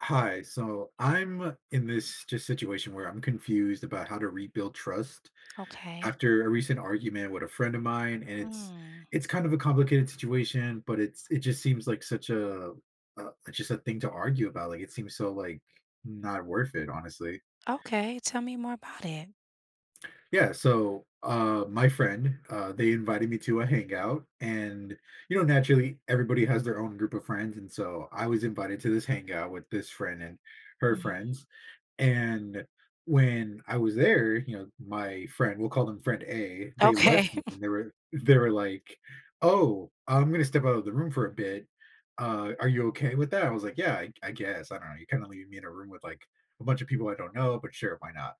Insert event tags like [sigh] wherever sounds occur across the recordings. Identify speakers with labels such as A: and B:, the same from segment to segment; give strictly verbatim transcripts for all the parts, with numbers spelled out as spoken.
A: Hi. So I'm in this just situation where I'm confused about how to rebuild trust
B: Okay.
A: after a recent argument with a friend of mine, and it's
B: Mm.
A: it's kind of a complicated situation, but it's it just seems like such a, a just a thing to argue about. Like it seems so like not worth it, honestly.
B: Okay, tell me more about it.
A: Yeah. So uh, my friend, uh, they invited me to a hangout, and you know naturally everybody has their own group of friends, and so I was invited to this hangout with this friend and her
B: Mhm.
A: friends. And when I was there, you know, my friend, we'll call them friend A, they left
B: Okay.
A: me and
B: [laughs]
A: they were they were like, "Oh, I'm gonna step out of the room for a bit. Uh, are you okay with that?" I was like, "Yeah, I, I guess. I don't know. You're kind of leaving me in a room with like a bunch of people I don't know, but sure, why not?"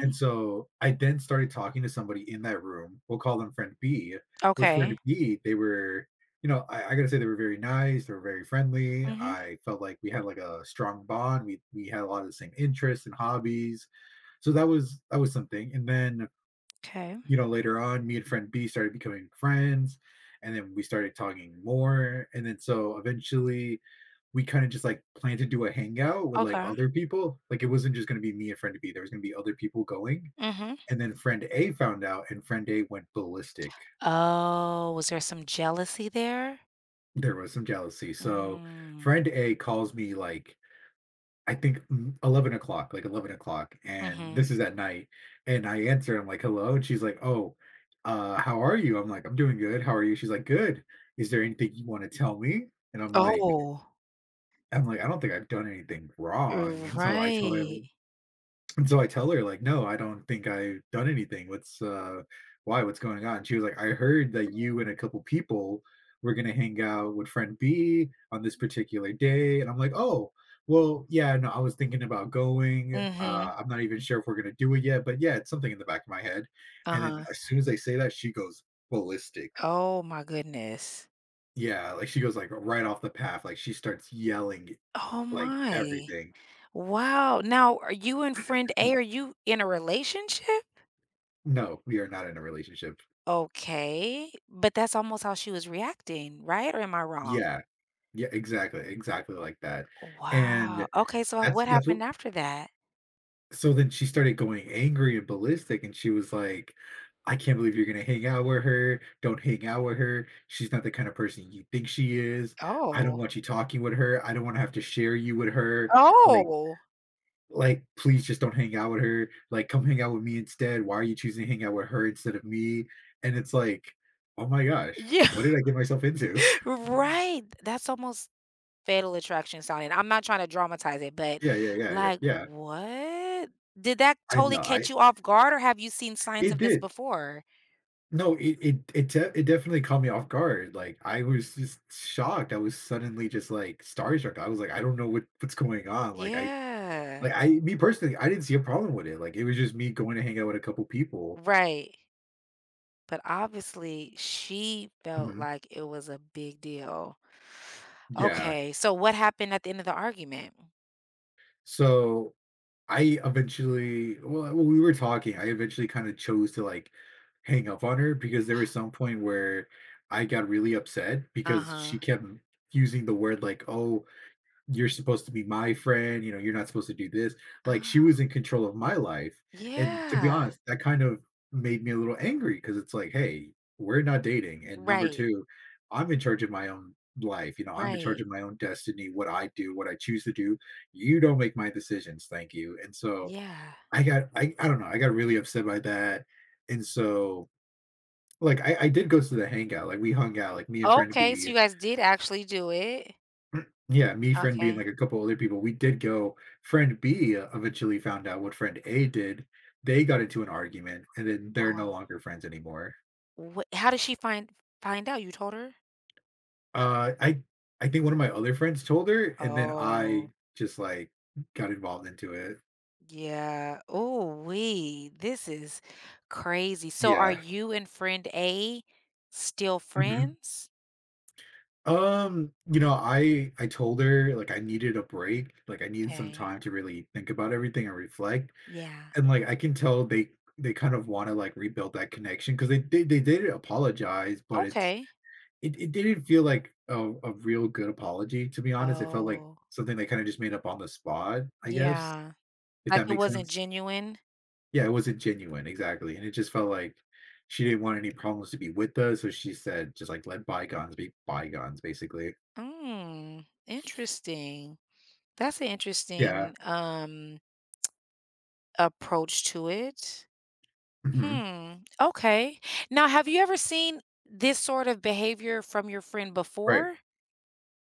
A: And so I then started talking to somebody in that room. We'll call them friend B. With friend
B: Okay.
A: B, they were, you know, I, I gotta say they were very nice, they were very friendly.
B: Mhm.
A: I felt like we had like a strong bond. We we had a lot of the same interests and hobbies. So that was that was something. And then,
B: 'Kay.
A: you know, later on, me and friend B started becoming friends. And then we started talking more. And then so eventually we kind of just like planned to do a hangout with like
B: Okay. Okay.
A: other people. Like it wasn't just gonna be me and friend B. There was gonna be other people going.
B: Mhm.
A: And then friend A found out, and friend A went ballistic.
B: Oh, was there some jealousy there?
A: There was some jealousy. So
B: Mm.
A: friend A calls me like I think mm, eleven o'clock, like eleven o'clock, and
B: Mhm.
A: this is at night. And I answer, I'm like, hello. And she's like, oh, uh, how are you? I'm like, I'm doing good. How are you? She's like, good. Is there anything you want to tell me? And I'm like,
B: Oh,
A: I'm like, I don't think I've done anything wrong. And so I tell her
B: right.
A: And so I tell her, like, "No, I don't think I've done anything. What's, uh why? What's going on?" She was like, "I heard that you and a couple people were gonna hang out with friend B on this particular day." And I'm like, "Oh, well, yeah, no, I was thinking about going.
B: Mhm.
A: Uh, I'm not even sure if we're gonna do it yet, but yeah, it's something in the back of my head." And then
B: Uh-huh.
A: as soon as I say that, she goes ballistic.
B: Oh my goodness.
A: Yeah, like she goes like right off the path. Like she starts yelling
B: Oh
A: like
B: my.
A: everything.
B: Wow. Now, are you and friend A, are you in a relationship?
A: "No, we are not in a relationship."
B: Okay, but that's almost how she was reacting, right? Or am I wrong?
A: Yeah. Yeah, exactly, exactly like that, and
B: Wow. Okay, so uh,
A: that's
B: what
A: that's what
B: happened after that?
A: so then she started going angry and ballistic, and she was like, "I can't believe you're gonna hang out with her. Don't hang out with her. She's not the kind of person you think she is. I don't
B: Oh.
A: want you talking with her. I don't wanna have to share you with her. Like
B: Oh,
A: like, please just don't hang out with her. Like, come hang out with me instead. Why are you choosing to hang out with her instead of me?" And it's like, "Oh my gosh,
B: yeah.
A: what did I get myself into?"
B: [laughs]
A: [laughs]
B: Right. That's almost Fatal Attraction sounding. I'm not trying to dramatize it, but
A: Yeah, yeah, yeah, yeah,
B: like,
A: yeah.
B: what? Did that
A: I know,
B: totally
A: I
B: catch you off guard, or have you seen signs
A: It
B: of this
A: did.
B: before?
A: No, it it it de it definitely caught me off guard. Like, I was just shocked, I was suddenly just, like, starstruck, I was like, "I don't know what what's going on," like, I
B: Yeah.
A: like, I me personally, I didn't see a problem with it. Like, it was just me going to hang out with a couple people.
B: Right. But obviously, she felt
A: Mhm.
B: like it was a big deal.
A: Yeah.
B: Okay, so what happened at the end of the argument?
A: So, I eventually well, when we were talking, I eventually kinda chose to, like, hang up on her because there was some point where I got really upset because
B: Uh-huh.
A: she kept using the word like, "Oh, you're supposed to be my friend, you know, you're not supposed to do this." Like she
B: Ah,
A: was in control of my life. And to be
B: yeah.
A: honest, that kind of made me a little angry because it's like, hey, we're not dating. And number
B: Right.
A: two, I'm in charge of my own life. You know, I'm in charge
B: Right.
A: of my own destiny, what I do, what I choose to do. You don't make my decisions. Thank you. And so
B: Yeah.
A: I got I I don't know, I got really upset by that. And so like I, I did go to the hangout, like we hung out, like me and friend
B: Okay, so
A: B.
B: you guys did actually do it.
A: Yeah, me, friend B, and like
B: Okay.
A: a couple other people, we did go. Friend B, uh, eventually found out what friend A did. They got into an argument, and then they're no
B: Oh.
A: longer friends anymore.
B: What How did she find find out? You told her?
A: Uh, I I think one of my other friends told her, and then I
B: Oh,
A: just like got involved into it.
B: yeah. Oh. wee This is crazy. So are
A: Yeah.
B: you and friend A still
A: Mhm.
B: friends?
A: Um, you know, I I told her like I needed a break, like I needed some
B: Okay.
A: time to really think about everything and reflect.
B: Yeah.
A: And like I can tell they they kind of want to like rebuild that connection because they, they they did apologize, but it's
B: Okay.
A: It it didn't feel like a a real good apology, to be honest. It felt like
B: Oh,
A: something they kinda just made up on the spot, I guess,
B: yeah.
A: if
B: Like
A: that
B: it
A: makes
B: wasn't
A: sense.
B: genuine?
A: Yeah, it wasn't genuine, exactly, and it just felt like she didn't want any problems to be with us, so she said, just, like, "Let bygones be bygones," basically.
B: Mm, interesting. That's an
A: Yeah.
B: interesting, um, approach to it.
A: Mhm.
B: Hmm, okay. Now, have you ever seen this sort of behavior from your friend
A: Right.
B: before?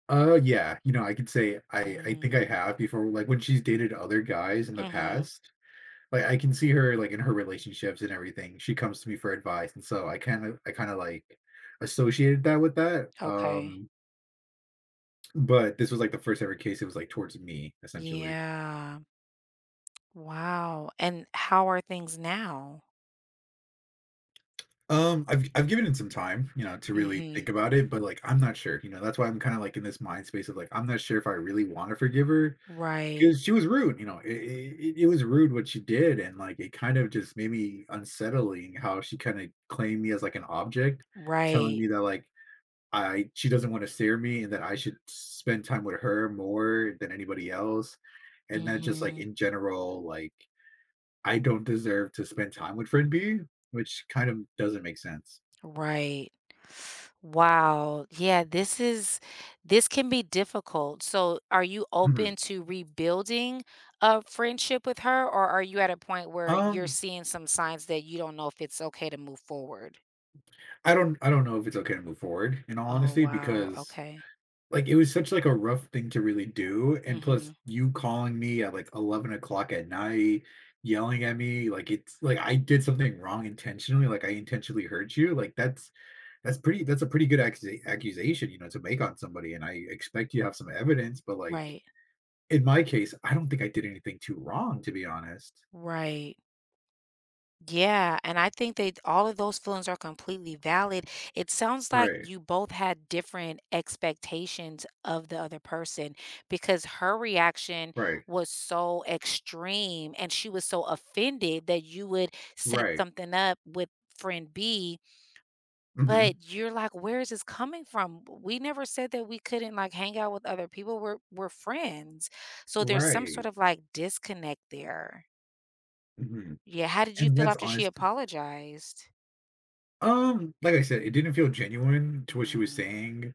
A: Uh, yeah, you know, I could say I I think I
B: Mm,
A: have before, like, when she's dated other guys in the
B: mhm,
A: past, like I can see her like in her relationships and everything. She comes to me for advice, and so I kind of I kind of like associated that with that.
B: okay.
A: Um, but this was like the first ever case. It was like towards me essentially.
B: Yeah. Wow, and how are things now?
A: Um, I've I've given it some time, you know, to really
B: Mhm.
A: think about it, but like I'm not sure. You know, that's why I'm kind of like in this mind space of like I'm not sure if I really want to forgive her
B: Right,
A: because she was rude. You know, it, it it was rude what she did, and like it kind of just made me unsettling how she kind of claimed me as like an object telling
B: right.
A: me that like I she doesn't want to steer me and that I should spend time with her more than anybody else. And that just like
B: Mhm.
A: in general, like I don't deserve to spend time with friend B, which kind of doesn't make sense.
B: Right. Wow. Yeah, this is this can be difficult. So, are you
A: Mhm.
B: open to rebuilding a friendship with her, or are you at a point where you're
A: Um,
B: seeing some signs that you don't know if it's okay to move forward?
A: I don't I don't know if it's okay to move forward in all
B: Oh,
A: honesty
B: wow.
A: because
B: Okay.
A: like it was such like a rough thing to really do. And plus
B: Mhm.
A: you calling me at like eleven o'clock at night, yelling at me, like it's like I did something wrong intentionally, like I intentionally hurt you. Like that's that's pretty that's a pretty good accusa- accusation, you know, to make on somebody, and I expect you to have some evidence, but like
B: Right.
A: in my case I don't think I did anything too wrong, to be honest.
B: Right. Yeah, and I think that all of those feelings are completely valid. It sounds like
A: Right.
B: you both had different expectations of the other person because her reaction
A: Right.
B: was so extreme and she was so offended that you would set
A: Right.
B: something up with friend B, but
A: Hmm.
B: you're like, where is this coming from? We never said that we couldn't like hang out with other people. We're we're friends. So there's some
A: Right.
B: sort of like disconnect there.
A: Hmm.
B: Yeah, how did you
A: And
B: feel
A: that's
B: after she
A: honest.
B: apologized?
A: Um like I said, it didn't feel genuine to what she was
B: Mm.
A: saying.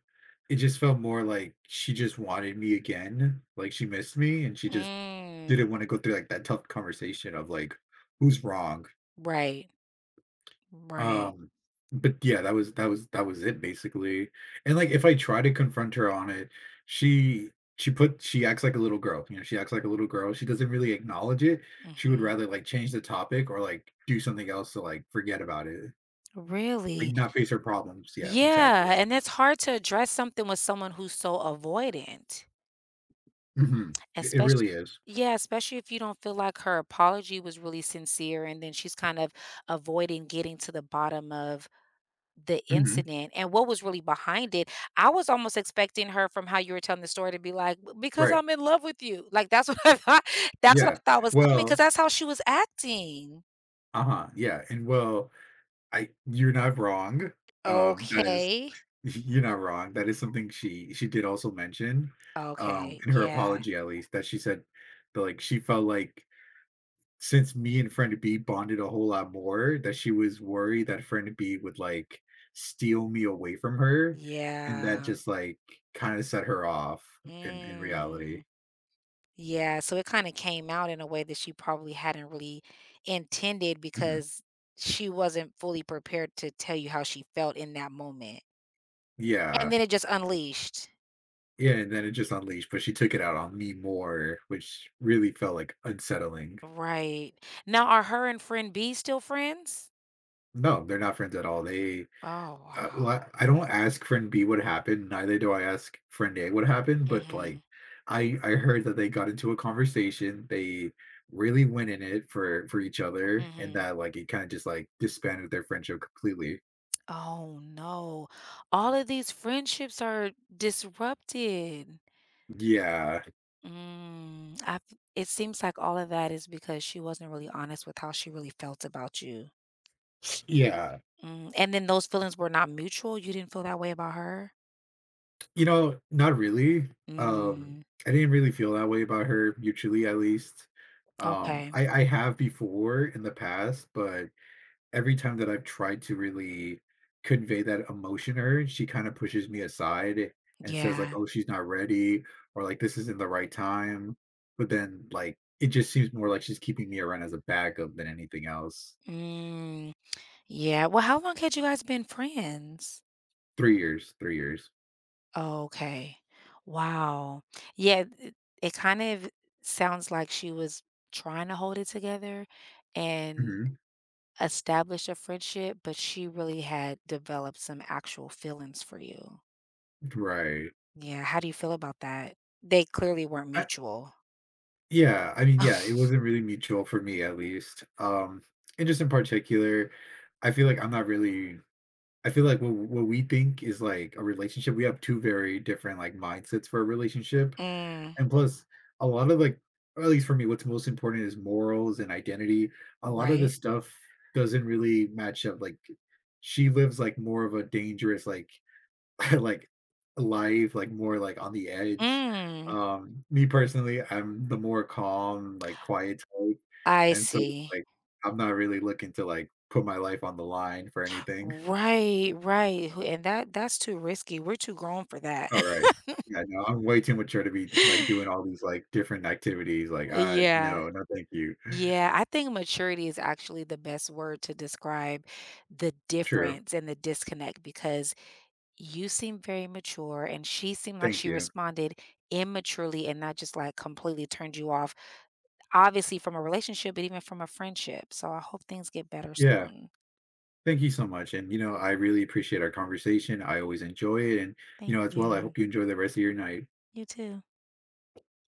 A: It just felt more like she just wanted me again, like she missed me, and she just didn't
B: Mm.
A: want to go through like that tough conversation of like who's wrong.
B: Right. Right.
A: Um, but yeah, that was that was that was it basically, and, like, if I
B: Mhm.
A: try to confront her on it, she she put she acts like a little girl, you know, she acts like a little girl, she doesn't really acknowledge it, she would
B: Mhm.
A: rather, like, change the topic or, like, do something else to, like, forget about it, like,
B: Really?
A: not face her problems, yeah, exactly.
B: Yeah, and it's hard to address something with someone who's so avoidant,
A: Mhm. It it
B: especially.
A: really is.
B: Yeah, especially if you don't feel like her apology was really sincere, and then she's kind of avoiding getting to the bottom of the
A: Mhm.
B: incident and what was really behind it. I was almost expecting her from how you were telling the story to be like, "B because
A: Right.
B: I'm in love with you." Like, that's what [laughs] I thought that's what
A: Yeah.
B: I thought was coming, because
A: Well,
B: that's how she was acting.
A: uh-huh, yeah, and well, I you're not wrong, um, that is
B: Okay.
A: [laughs] You're not wrong. That is something she she did also mention, um,
B: Okay,
A: in her
B: yeah,
A: apology at least, that she said that, like, she felt like since me and friend B bonded a whole lot more, that she was worried that friend B would, like, steal me away from her, and that
B: yeah.
A: just, like, kinda set her off in in reality.
B: Mm, yeah, so it kinda came out in a way that she probably hadn't really intended
A: Mhm.
B: because she wasn't fully prepared to tell you how she felt in that moment, and
A: Yeah.
B: then it just unleashed.
A: Yeah, and then it just unleashed, but she took it out on me more, which really felt, like, unsettling.
B: Right. Now are her and friend B still friends?
A: No, they're not friends at all. They
B: Oh,
A: uh, well,
B: wow.
A: I, I don't ask friend B what happened. Neither do I ask friend A what happened. But like,
B: Mhm,
A: I I heard that they got into a conversation. They really went in it for for each other, and
B: mhm.
A: that like it kind of just like disbanded their friendship completely.
B: Oh, no. All of these friendships are disrupted.
A: Yeah,
B: Mm, I f it seems like all of that is because she wasn't really honest with how she really felt about you.
A: yeah.
B: Mm, and then those feelings were not mutual? You didn't feel that way about her?
A: You know, not really. Um,
B: Mm,
A: I didn't really feel that way about her mutually, at least. Um,
B: okay.
A: I I have before in the past, but every time that I've tried to really convey that emotion to her, she kinda pushes me aside and says like,
B: Yeah.
A: "Oh, she's not ready," or like, "This isn't the right time." But then, like, it just seems more like she's keeping me around as a backup than anything else.
B: Mm, yeah. Well, how long had you guys been friends?
A: three years, three years.
B: Okay. Wow. Yeah, it, it kind of sounds like she was trying to hold it together and
A: Mhm.
B: establish a friendship, but she really had developed some actual feelings for you.
A: Right.
B: Yeah, how do you feel about that? They clearly weren't
A: I
B: mutual.
A: Yeah, I mean, yeah, it
B: [laughs]
A: wasn't really mutual for me at least. Um, and just in particular, I feel like I'm not really I feel like what what we think is like a relationship, we have two very different, like, mindsets for a relationship.
B: Mm,
A: And plus, a lot of like, or at least for me, what's most important is morals and identity. A lot of the
B: right.
A: stuff doesn't really match up. Like, she lives like more of a dangerous, like, [laughs] like life, like more like on the edge.
B: Mm,
A: Um, me personally, I'm the more calm, like quiet type,
B: I
A: and so
B: see.
A: like I'm not really looking to like put my life on the line for anything.
B: Right, right. Who And that that's too risky. We're too grown for that.
A: All right. Yeah, no, I'm way too mature to be like doing
B: [laughs]
A: all these like different activities. Like, uh,
B: Yeah.
A: no, no, thank you.
B: Yeah, I think maturity is actually the best word to describe the
A: True.
B: difference and the disconnect because you seem very mature and she seemed like
A: Thank
B: she
A: you.
B: responded immaturely and not just like completely turned you off. Obviously from a relationship, but even from a friendship, so I hope things get better
A: Yeah.
B: soon.
A: Thank you so much. And, you know, I really appreciate our conversation. I always enjoy it. And, you
B: Thank
A: know, as well, I
B: you.
A: hope you enjoy the rest of your night.
B: You too.